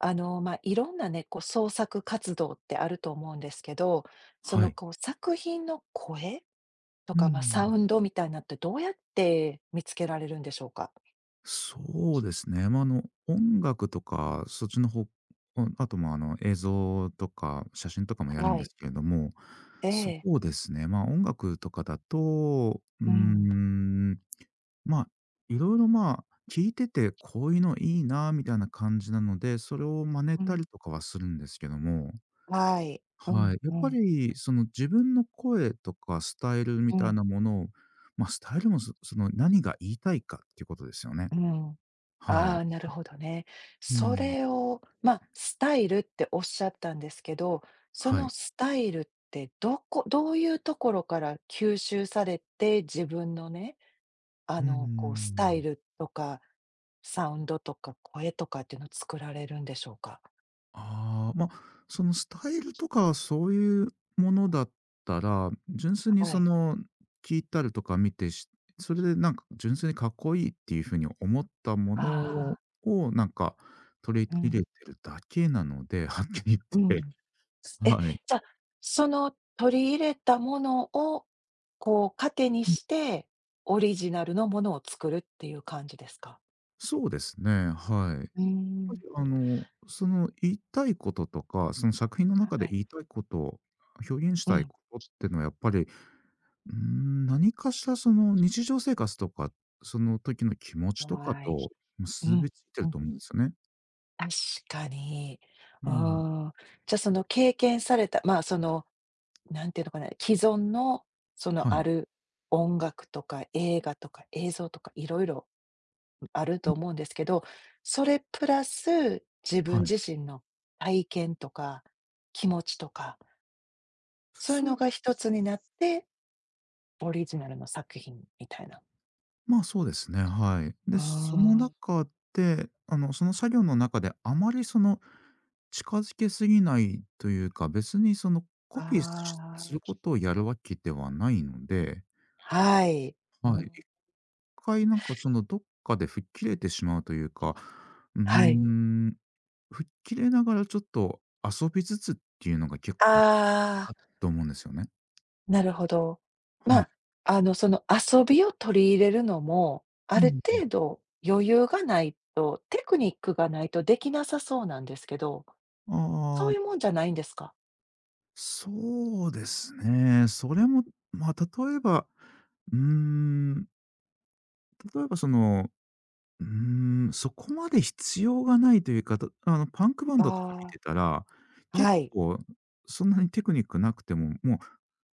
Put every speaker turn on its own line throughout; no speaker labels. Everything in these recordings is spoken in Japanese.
まあ、いろんなね、こう創作活動ってあると思うんですけど、そ
は
の
い。
こう作品の声と
う
か、まあ、サウ
ん。
ンドみたいなってどうやって見つけられるんでしょうか？
そうですね。まあ、音楽とか、そっちの方ああと、まあ、映像とか写真とかもやるん
は
で
い。
すけれども、
え
そ
え。
うですね、ま、あ音楽とかだと、
うん。
まあ、いろいろま、あ聞いてて、こういうのいいなみたいな感じなので、それを真似
う
た
ん。
りとかはするんですけども。
はい。う
は
ん、
い。やっ
う
ぱ
ん、
りその自分の声とかスタイルみ
う
たい
ん、
なものを、まあ、スタイルもその何が言いたいかっていうことですよね。
うん。
は
あ
い。
あ、なるほどね。
う
そ
ん。
れを、まあ、スタイルっておっしゃったんですけど、そ
は
の
い。
スタイルってどういうところから吸収されて、自分のね
うー
こうスタイ
ん。
ルとか、サウンドとか声とかっていうのを作られるんでしょうか？
ああ、まあ、そのスタイルとかそういうものだったら、純粋に
は
そ
い。
の聞いたりとか見て、それでなんか純粋にかっこいいっていう風に思ったもの
あ
を
あ、
をなんか取り
う
入れ
ん、
てるだけなので、はっきり
うん。
言って。
え、
はい。
じゃ、その取り入れたものを、こう糧にして、オリジナルのものを作るっていう感じですか？
そうですね、はい。やっ
うー
ぱり
ん、
その言いたいこととか、その作品の中
は
で
い。
言いたいこと、表現し
う
たい
ん、
ことってのはやっぱり、何かしらその日常生活とか、その時の気持ちとか
はい。
と
う
結
ん、
びついて
う
る
ん、
と思うんですよね。
確かに。
う
うー
ん。
ん。じゃ、その経験された、まあ、そのなんていうのかな、既存のその
は
あ
い。
る音楽とか映画とか映像とかいろいろあると思うんですけど、それプラス自分
はい。
自身の体験とか気持ちとか、そういうのが一つになって、オリジナルの作品みたいな。
ま、あそうですね、はい。で、
あ
その中で、その作業の中であまりその、近づけすぎないというか、別にその
あ、
コピーし
あ
する
あ。
ことをやるわけではないので、
はい。う
はい。1
ん。
回なんかそのどっかで吹っ切れてしまうというか、うー
はい。
ん、吹っ切れながらちょっと遊びつつっていうのが結構
あ
な
あ。
と思うんですよね。
なるほど。ま
は
あ、
い。
その遊びを取り入れるのも、あ
う
る
ん。
程度余裕がないと、テクニックがないとできなさそうなんですけど、そ
あ
ういう
あ、
もんじゃないんですか？
そうですね。それも、ま、あ例えば、うーん、例えばその、うーそこまで必要がないというか、パンクバンドとか見
あ
てたら、
あ、
結
はい。
構そんなにテクニックなくても、もう、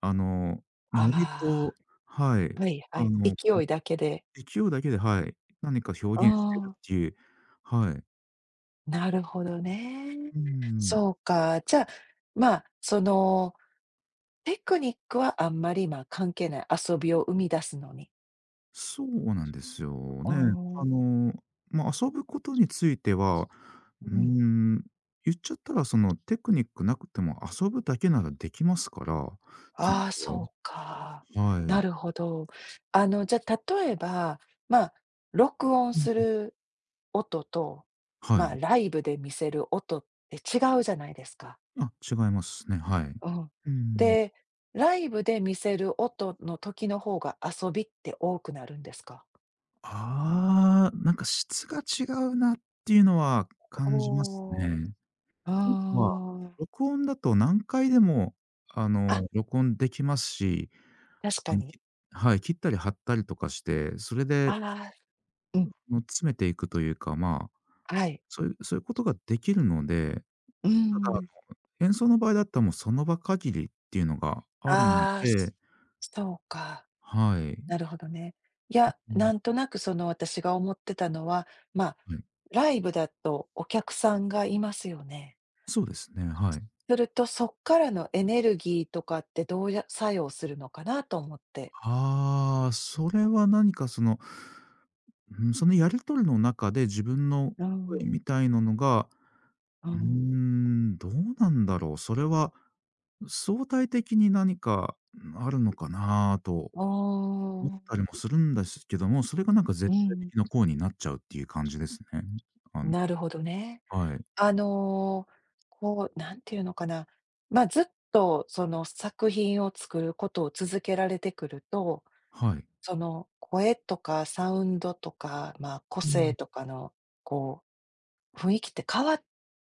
あの、ノリ
あ
と、はい、
あ、はいは
あ
い。
の、
勢いだけで。
勢いだけで、はい、何か
う
表現してる
ん、
っていう。はい。
なるほどね。
うーん。
そうか、じゃあ、まあ、その、テクニックはあんまり、ま、あ関係ない、遊びを生み出すのに。
そうなんですよ
ああ、
ね。あ
う
の、まあ、遊ぶことについては、うー
ん。
ん、言っちゃったらそのテクニックなくても遊ぶだけならできますからっていう
ああ、
の
そうか。
で。は
な
い。
るほど。じゃあ、例えば、まあ、録音
う
す
ん、
る音と、
は
まあ、
い。
ライブで見せる音って違うじゃないですか。
あ、違いますね、はい。
うん。
うん。
で、ライブで見せる音の時の方が遊びって多くなるんですか？
ああ、なんか質が違うなっていうのは感じます
おー
ね。
うー
まあ、
ん。
録音だと何回でも、
あ、
録音できますし、
確
あ
か
の、
に。
きはい、切ったり貼ったりとかして、それ
あ
で
あ、うん、
の詰めていくというか、まあ、
はい。
そういうことができるので、
うー
ただ
ん。
演奏の場合だったらもうその場限りっていうのがあるの
ああ、そ
で、
そうか。
はい。
なるほどね。いや、
うん、
なんとなくその私が思ってたのは、まあ、
はい。
ライブだとお客さんがいますよね。
そうですね、はい。
するとそっからのエネルギーとかってどうや作用するのかなと思って。
ああ、それは何かその、うん、そのやり取りの中で自分の
う
声
ん、
みたいなのが、
うん。
どうなんだろう。それは相対的に何かあるのかなと
あ
思っ
あ、
たりもするんですけども、それがなんか
う
絶対
ん、
的な項になっちゃうっていう感じですね。あん
なるほどね。
はい。
あの、こう、なんていうのかな、まあ、ずっとその作品を作ることを続けられてくると
はい。
その、声とかサウンドとか、まあ、個
う
性
ん。
とかの、こう、雰囲気って変わっ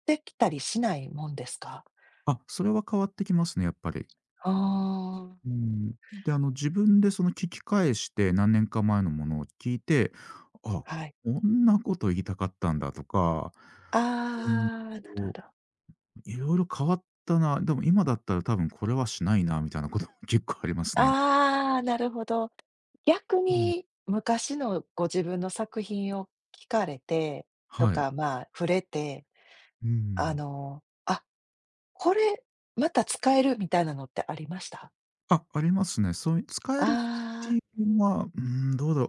てきたりしないもんですか？
あ、それは変わってきますね、やっぱり。
ああ、
うん。で、自分でその聞き返して、何年か前のものを聞いて、あ、
は
こ
い。
んなこと言いたかったんだとか、
あ
うー
あ、なるほど。
いろ色変わったな、でも今だったら多分これはしないなみたいなことも結構ありますね。
ああ、なるほど。逆
うん。
に昔のご自分の作品を聞かれてと
はい。
か、まあ、触れて、
うん。
あ、これまた使えるみたいなのってありました？
あ、ありますね。そういう使えるって
あ
いうのは、どうだろう。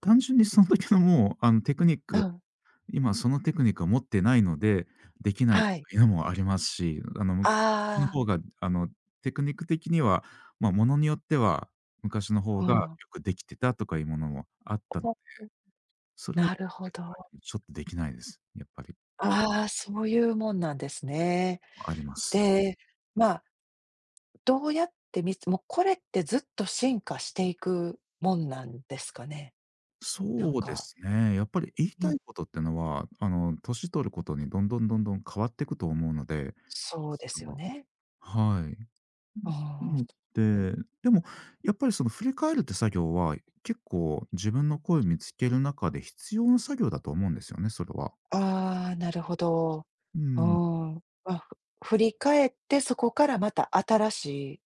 単純にその時のもう、テクニッ
あー、
ク
うん、
今そのテクニックを持ってないので、できないっ
はい。
ていうのもありますし、昔の
あ
方が、テクニック的には、ま、ものによっては、昔の方
あ、う
がよ
ん。
くできてたとかいうものもあった。それを
なるほど。
ちょっとできないです。やっぱり
ああ、そういうもんなんですね。
あります。
で、まあ、どうやってもうこれってずっと進化していくもんなんですかね？なん
そうで
か
すね。やっぱり言い
う
た
ん、
いことってのは、年取ることにどんどんどんどん変わってくと思うので
そう
そ
です
れ
よ
は。
ね。
はい。
うー
なの
ん。
で、でもやっぱりその振り返るって作業は、結構自分の声を見つける中で必要な作業だと思うんですよね、それは。
ああ、なるほど。
う
う
ん。
ん。まあ、振り返ってそこからまた新しい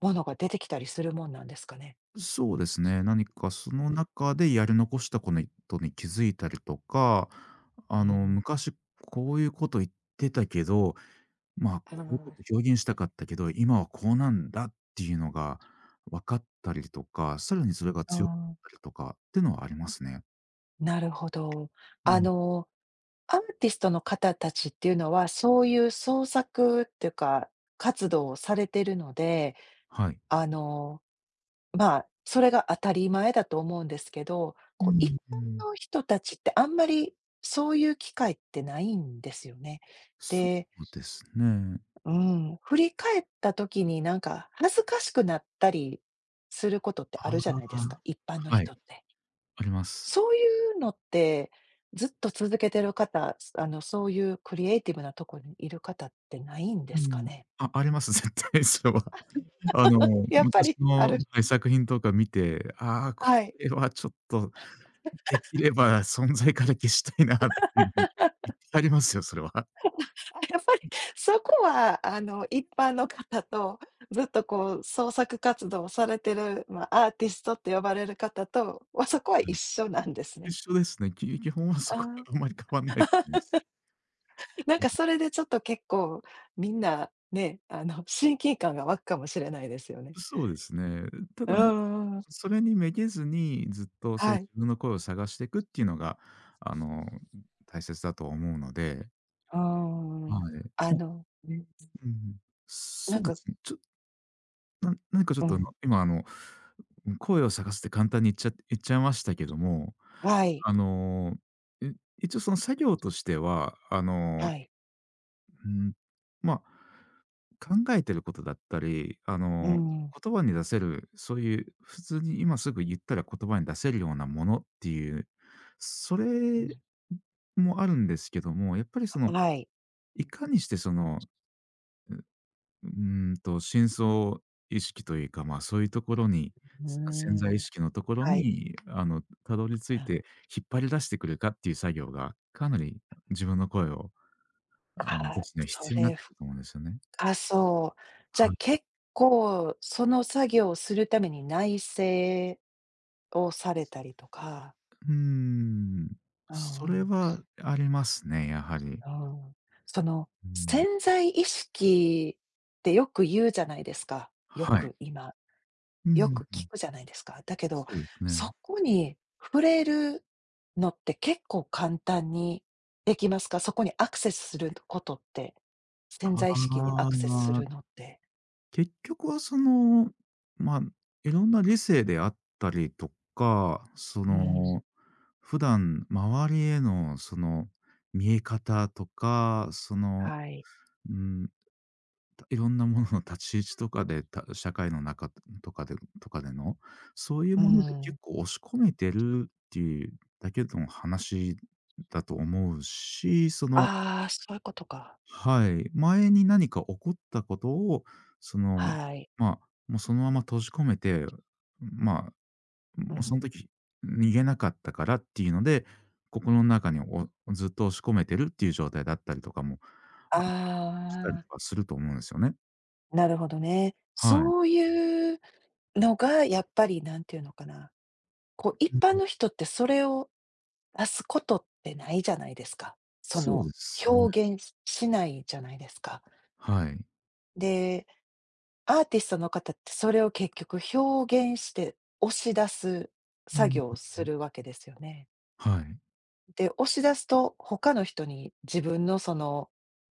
ものが出てきたりするもんなんですかね？
そうですね、何かそ
う
の
ん、
中でやり残したことに気づいたりとか、
うん。
昔こういうこと言ってたけど、まあ、
あ
こういうこと
あ。
表現したかったけど、今はこうなんだっていうのが分かったりとか、さらにそれが
あ
強くなっ
ー
たりとかっていうのはありますね。
なるほど。
う
あ
ん。
のアーティストの方たちっていうのは、そういう創作っていうか、活動をされてるので、
はい。
あの、まあ、それが当たり前だと思うんですけど、
う
こう、一般
ん、うん。
の人たちってあんまりそういう機会ってないんですよね。
そ
で、
うですね。
うん、振り返った時になんか恥ずかしくなったりすることって
あ
あるじゃないですか、
あ、
一般の
はい、
人って。
あります。
そういうのって、ずっと続けてる方、すあの、そういうクリエイティブなとこにいる方ってないんで
う
すか
ん。
ね？
あ、あります、絶対それは。あの、
やっぱ
昔
りあ
の、
る
はい、作品とか見て、ああ、こ
はい。
れはちょっと、できれば存在から消したいなっていうの、いっぱいありますよ、それは。
あ、やっぱりそこは、一般の方と、ずっとこう創作活動をされてる、ま、アーティストって呼ばれる方とは、そこは
う
一
ん。
緒なんです
一
ね。
緒ですね。基本は そこは
ああ、
あんまり変わんないと思います。
なんかそれでちょっと結構みんなね、親近感が湧くかもしれないですよね。
そうですね。た
うん
だ
うんうん。
それにめげずに、ずっとそう
は
自
い。
分の声を探していくっていうのが、あの、大切だと思うので、
うーん。
はい。
あ
もう、
の、ん、
うん、
なん
そう
か
ですね。ちょな何かちょ
う
っと
ん、
今声を探すって簡単に言っちゃいましたけども、
はい、
あの、い一応その作業としては、
はい。
うん、まあ考えてることだったり、
うん、
言葉に出せる、そういう普通に今すぐ言ったら言葉に出せるようなものっていう、それ
う
もあるんですけども、やっぱりそ
ん、
の、
はい。
いかにしてその、うーんと深層意識というか、ま、そういうところに、
うー
せ潜在意
ん、
識のところ
はい。
に、たどり着いて引っ張り出してくるかっていう作業が、かなり自分の声を、出すには
そ
必要になっ
れ
てくると思うんですよね。
深そう。じ
は
ゃ、
い。
結構その作業をするために内省をされたりとか、
うーん。
う
それ
ん
はありますね、やはり。
うん、うん。その、
うん。
潜在意識ってよく言うじゃないですか、よ
はい。
く、今。
う
よ
ん、
く
う
聞
ん。
くじゃないですか。だけど、
そうですね。
そこに触れるのって結構簡単にできますか？そこにアクセスすることって、潜在意識に
あ
アクセスす
あ、
るのって。
結局はその、ま、いろんな理性であったりとか、そ
うん、
の、普段周りへのその見え方とか、その、
はい。
うーんいろんなものの立ち位置とかで、社会の中とかでとかでの、そういう
う
もので
ん。
結構押し込めてるっていうだけの話だと思うし、その、
ああ、そういうことか。
はい、前に何か起こったことを、その、
はい。
まあ、もうそのまま閉じ込めて、まあ、も
う
うその
ん。
時逃げなかったからっていうので、心の中にずっと押し込めてるっていう状態だったりとかも、あ、したりと
あ
か
あ、
すると思うんですよね。
なるほどね。
はい。
そういうのがやっぱりなんていうのかな、こう一般の人ってそれを出すことってないじゃないですか。そ
そう
の、
ですね。
表現しないじゃないですか。
はい。
で、アーティストの方ってそれを結局表現して押し出す
う
作
ん、
業をするわけですよね。
はい。
で、押し出すと他の人に自分のその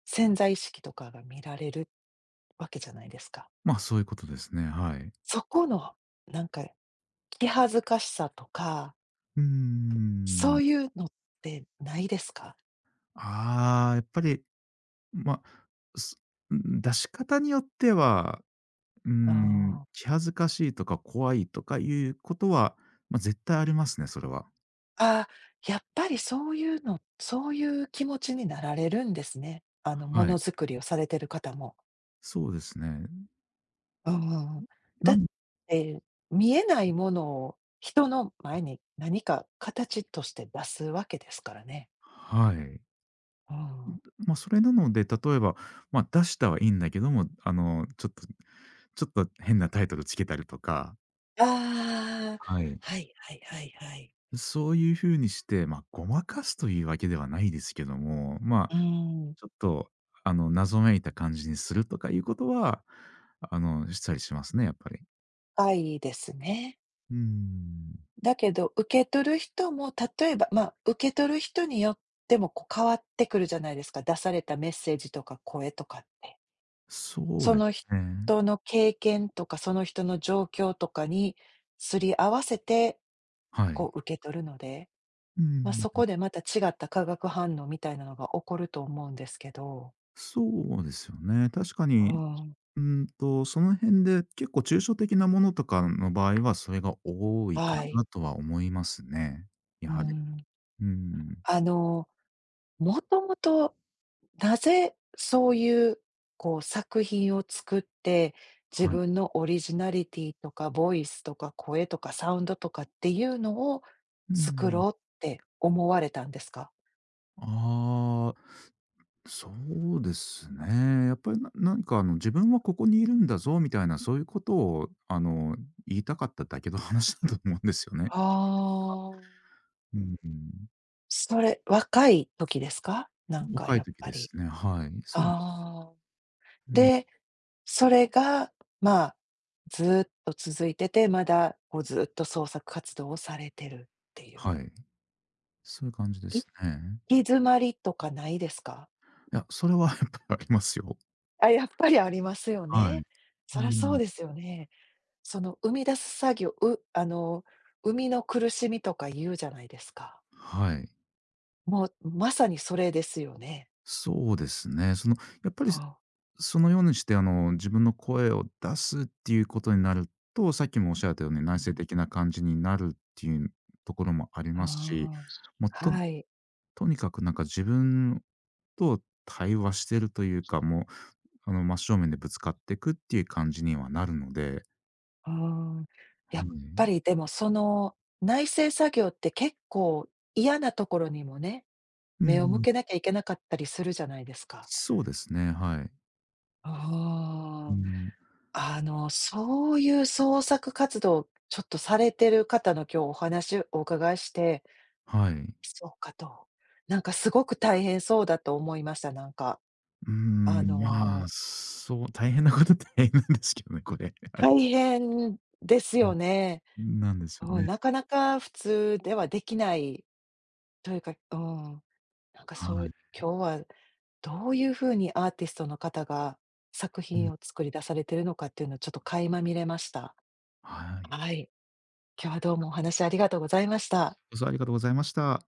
潜在意識とかが見られるわけじゃないですか。
まあ、そういうことですね、はい。
そこのなんか気恥ずかしさとか、
うー
そ
ん。
ういうのってないですか？
ああ、やっぱり、ま、す出し方によっては、
ああ
気恥ずかしいとか怖いとかいうことは、ま、絶対ありますね、それは。
あーやっぱりそういうのそういう気持ちになられるんですね。も
は
の
い。
づくりをされてる方も。
そうですね。
うんうんうん。
な
だっ
ん
て、見えないものを人の前に何か形として出すわけですからね。
はい。
うん。
ま、それなので、例えば、ま、出したはいいんだけども、ちょっと変なタイトルつけたりとか、
ああ、
はい。
はいはいはいはい。
そういうふうにして、まあ、ごまかすというわけではないですけども、ま
う
あ、
ん、
ちょっと、謎めいた感じにするとかいうことは、したりしますね、やっぱり。
深いですね。
うーん。
だけど、受け取る人も、例えば、まあ、受け取る人によっても、こう、変わってくるじゃないですか、出されたメッセージとか声とかって。
そう
そ
で
の
す
人
ね。
の経験とか、その人の状況とかにすり合わせて、
はい。
こう受け取るので、
う
ま、
ん。
そこでまた違った化学反応みたいなのが起こると思うんですけど。
そうですよね。確か
う
に、
ーん、
うーんと、その辺で結構抽象的なものとかの場合は、それが多い
は
か
い。
なとは思いますね。
う
や
ー
はり。
ん。
うーん。
あの、もともとなぜそういう、こう作品を作って、自
はい。
分のオリジナリティとか、ボイスとか声とかサウンドとかっていうのを
う
作
ん。
ろうって思われたんですか？
ああ。そうですね。やっぱり何か自分はここにいるんだぞみたいなそういうことを言いたかっただけの話だと思うんですよね。
ああ、
うん。
それ、若い時ですか？なんか
若
や
い
っ
時
ぱ
で
り。
すね。はい。そうです。
ああ。
うん。
で、それが、まあ、ずっと続いてて、まだこうずっと創作活動をされてるっていう。
はい。そういう感じで
行
すね。
き詰まりとかないですか？
いや、それはやっぱりありますよ。
あ、やっぱりありますよ
はい。
ね。
う
そらそう
ん。
ですよね。その生み出す作業、うあの、生みの苦しみとか言うじゃないですか。
はい。
もうまさにそれですよね。
そうですね。そのやっぱり
ああ、
そのようにして、自分の声を出すっていうことになると、さっきもおっしゃったように
う
内省
ん。
的な感じになるっていうところもありますし、
あ
もう
あ、
と
はい。
とにかくなんか自分と対話してるというか、もう、真正面でぶつかっていくっていう感じにはなるので、
ああ、や
は
っぱり
い。
でもその内製作業って結構嫌なところにもね、
う
目を向
ん、
けなきゃいけなかったりするじゃないですか。
そうですね、はい。う
あ
ん、
あ、そういう創作活動、ちょっとされてる方の今日お話お伺いして、
はい。
そうかと、なんかすごく大変そうだと思いました、なんか。
うー
あ
ん、まあ、
の、
そう、大変なことって大変なんですけどね、これ。はい。
大変です
う
よね。
ん、なんですよ
うん、
ね。
なかなか普通ではできないというか、うん、なんか
は
そう、
い。
今日はどういうふうにアーティストの方が作品を作り出されてるのかっていうのをちょっと垣間見れました。
はい。
はい。今日はどうもお話ありがとうございました。
ご視聴ありがとうございました。